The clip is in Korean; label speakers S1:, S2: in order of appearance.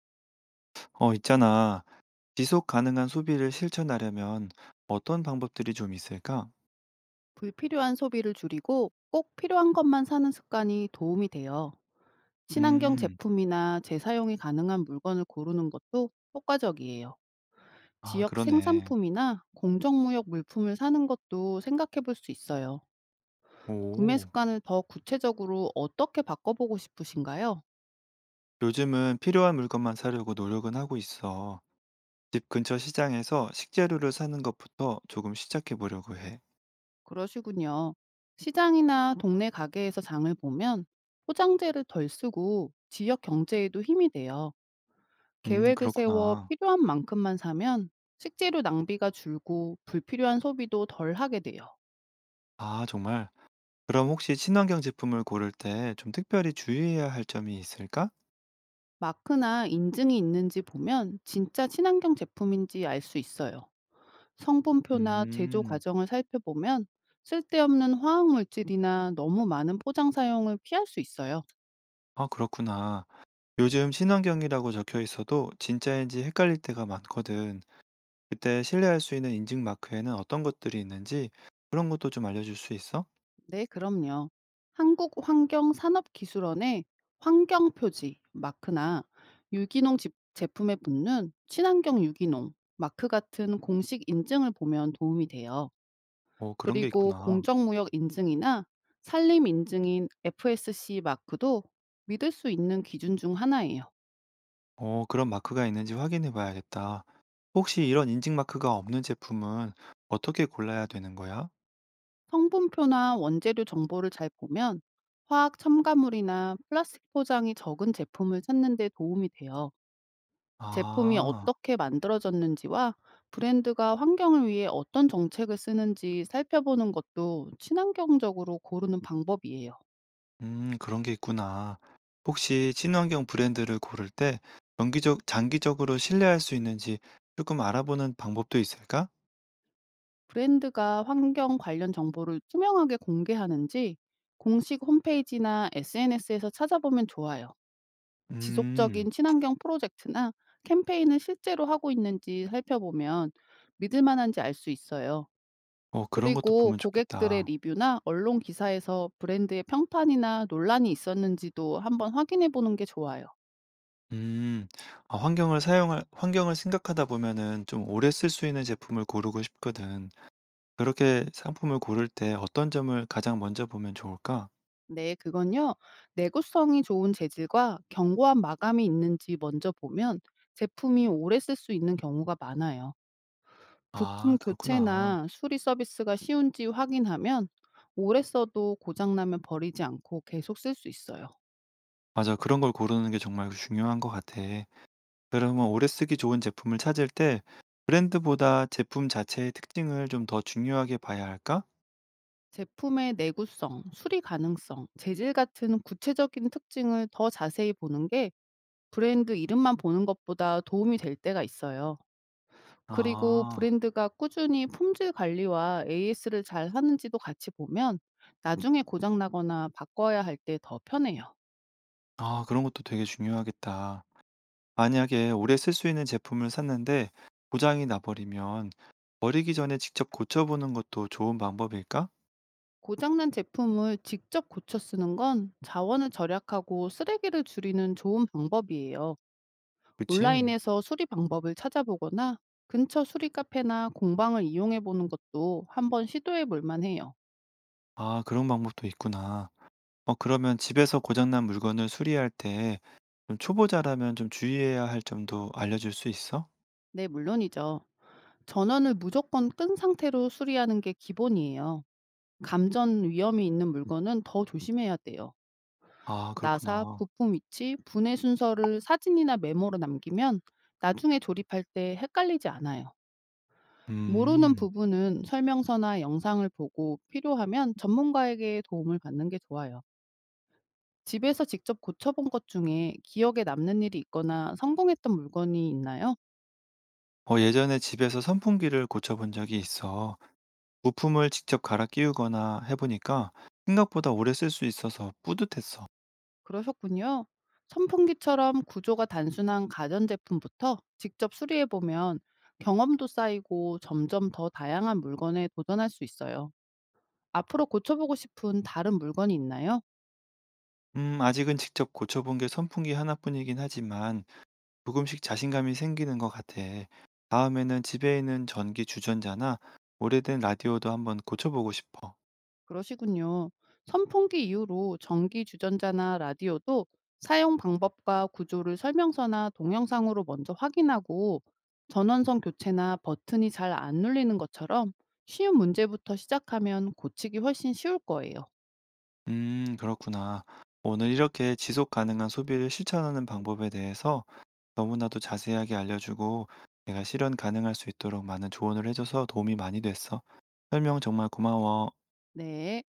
S1: 있잖아. 지속 가능한 소비를 실천하려면 어떤 방법들이 좀 있을까?
S2: 불필요한 소비를 줄이고 꼭 필요한 것만 사는 습관이 도움이 돼요. 친환경
S1: 음,
S2: 제품이나 재사용이 가능한 물건을 고르는 것도 효과적이에요.
S1: 아,
S2: 지역
S1: 그러네.
S2: 생산품이나 공정무역 물품을 사는 것도 생각해 볼 수 있어요. 구매
S1: 오.
S2: 습관을 더 구체적으로 어떻게 바꿔보고 싶으신가요?
S1: 요즘은 필요한 물건만 사려고 노력은 하고 있어. 집 근처 시장에서 식재료를 사는 것부터 조금 시작해 보려고 해.
S2: 그러시군요. 시장이나 동네 가게에서 장을 보면 포장재를 덜 쓰고 지역 경제에도 힘이 돼요. 계획을 세워
S1: 그렇구나.
S2: 필요한 만큼만 사면 식재료 낭비가 줄고 불필요한 소비도 덜 하게 돼요.
S1: 아, 정말. 그럼 혹시 친환경 제품을 고를 때 좀 특별히 주의해야 할 점이 있을까?
S2: 마크나 인증이 있는지 보면 진짜 친환경 제품인지 알 수 있어요. 성분표나 제조
S1: 음,
S2: 과정을 살펴보면 쓸데없는 화학물질이나 너무 많은 포장 사용을 피할 수 있어요.
S1: 아, 그렇구나. 요즘 친환경이라고 적혀 있어도 진짜인지 헷갈릴 때가 많거든. 그때 신뢰할 수 있는 인증 마크에는 어떤 것들이 있는지 그런 것도 좀 알려줄 수 있어?
S2: 네, 그럼요. 한국환경산업기술원의 환경표지 마크나 제품에 붙는 친환경 유기농 마크 같은 공식 인증을 보면 도움이 돼요.
S1: 어, 그런 게
S2: 그리고
S1: 있구나.
S2: 공정무역 인증이나 산림 인증인 FSC 마크도 믿을 수 있는 기준 중 하나예요.
S1: 어, 그런 마크가 있는지 확인해 봐야겠다. 혹시 이런 인증 마크가 없는 제품은 어떻게 골라야 되는 거야?
S2: 성분표나 원재료 정보를 잘 보면 화학 첨가물이나 플라스틱 포장이 적은 제품을 찾는 데 도움이 돼요. 제품이
S1: 아,
S2: 어떻게 만들어졌는지와 브랜드가 환경을 위해 어떤 정책을 쓰는지 살펴보는 것도 친환경적으로 고르는 방법이에요.
S1: 그런 게 있구나. 혹시 친환경 브랜드를 고를 때 정기적, 장기적으로 신뢰할 수 있는지 조금 알아보는 방법도 있을까?
S2: 브랜드가 환경 관련 정보를 투명하게 공개하는지 공식 홈페이지나 SNS에서 찾아보면 좋아요.
S1: 음,
S2: 지속적인 친환경 프로젝트나 캠페인을 실제로 하고 있는지 살펴보면 믿을 만한지 알 수 있어요.
S1: 어, 그런 것도
S2: 그리고
S1: 보면
S2: 고객들의
S1: 좋겠다.
S2: 리뷰나 언론 기사에서 브랜드의 평판이나 논란이 있었는지도 한번 확인해 보는 게 좋아요.
S1: 음. 아, 환경을 사용할 환경을 생각하다 보면은 좀 오래 쓸 수 있는 제품을 고르고 싶거든. 그렇게 상품을 고를 때 어떤 점을 가장 먼저 보면 좋을까?
S2: 네, 그건요. 내구성이 좋은 재질과 견고한 마감이 있는지 먼저 보면 제품이 오래 쓸 수 있는 경우가 많아요. 부품
S1: 아, 그렇구나.
S2: 교체나 수리 서비스가 쉬운지 확인하면 오래 써도 고장나면 버리지 않고 계속 쓸 수 있어요.
S1: 맞아. 그런 걸 고르는 게 정말 중요한 것 같아. 그러면 오래 쓰기 좋은 제품을 찾을 때 브랜드보다 제품 자체의 특징을 좀 더 중요하게 봐야 할까?
S2: 제품의 내구성, 수리 가능성, 재질 같은 구체적인 특징을 더 자세히 보는 게 브랜드 이름만 보는 것보다 도움이 될 때가 있어요. 그리고
S1: 아.
S2: 브랜드가 꾸준히 품질 관리와 AS를 잘 하는지도 같이 보면 나중에 고장나거나 바꿔야 할 때 더 편해요.
S1: 아, 그런 것도 되게 중요하겠다. 만약에 오래 쓸 수 있는 제품을 샀는데 고장이 나버리면 버리기 전에 직접 고쳐보는 것도 좋은 방법일까?
S2: 고장난 제품을 직접 고쳐 쓰는 건 자원을 절약하고 쓰레기를 줄이는 좋은 방법이에요.
S1: 그치?
S2: 온라인에서 수리 방법을 찾아보거나 근처 수리 카페나 공방을 이용해 보는 것도 한번 시도해 볼 만해요.
S1: 아, 그런 방법도 있구나. 어, 그러면 집에서 고장난 물건을 수리할 때 좀 초보자라면 좀 주의해야 할 점도 알려줄 수 있어?
S2: 네, 물론이죠. 전원을 무조건 끈 상태로 수리하는 게 기본이에요. 감전 위험이 있는 물건은 더 조심해야 돼요.
S1: 아,
S2: 나사,
S1: 그렇구나.
S2: 부품 위치, 분해 순서를 사진이나 메모로 남기면 나중에 조립할 때 헷갈리지 않아요. 모르는
S1: 음.
S2: 부분은 설명서나 영상을 보고 필요하면 전문가에게 도움을 받는 게 좋아요. 집에서 직접 고쳐본 것 중에 기억에 남는 일이 있거나 성공했던 물건이 있나요?
S1: 어, 예전에 집에서 선풍기를 고쳐본 적이 있어. 부품을 직접 갈아 끼우거나 해보니까 생각보다 오래 쓸 수 있어서 뿌듯했어.
S2: 그러셨군요. 선풍기처럼 구조가 단순한 가전제품부터 직접 수리해보면 경험도 쌓이고 점점 더 다양한 물건에 도전할 수 있어요. 앞으로 고쳐보고 싶은 다른 물건이 있나요?
S1: 아직은 직접 고쳐본 게 선풍기 하나뿐이긴 하지만 조금씩 자신감이 생기는 것 같아. 다음에는 집에 있는 전기 주전자나 오래된 라디오도 한번 고쳐보고 싶어.
S2: 그러시군요. 선풍기 이후로 전기 주전자나 라디오도 사용 방법과 구조를 설명서나 동영상으로 먼저 확인하고 전원선 교체나 버튼이 잘 안 눌리는 것처럼 쉬운 문제부터 시작하면 고치기 훨씬 쉬울 거예요.
S1: 그렇구나. 오늘 이렇게 지속 가능한 소비를 실천하는 방법에 대해서 너무나도 자세하게 알려주고 내가 실현 가능할 수 있도록 많은 조언을 해줘서 도움이 많이 됐어. 설명 정말 고마워.
S2: 네.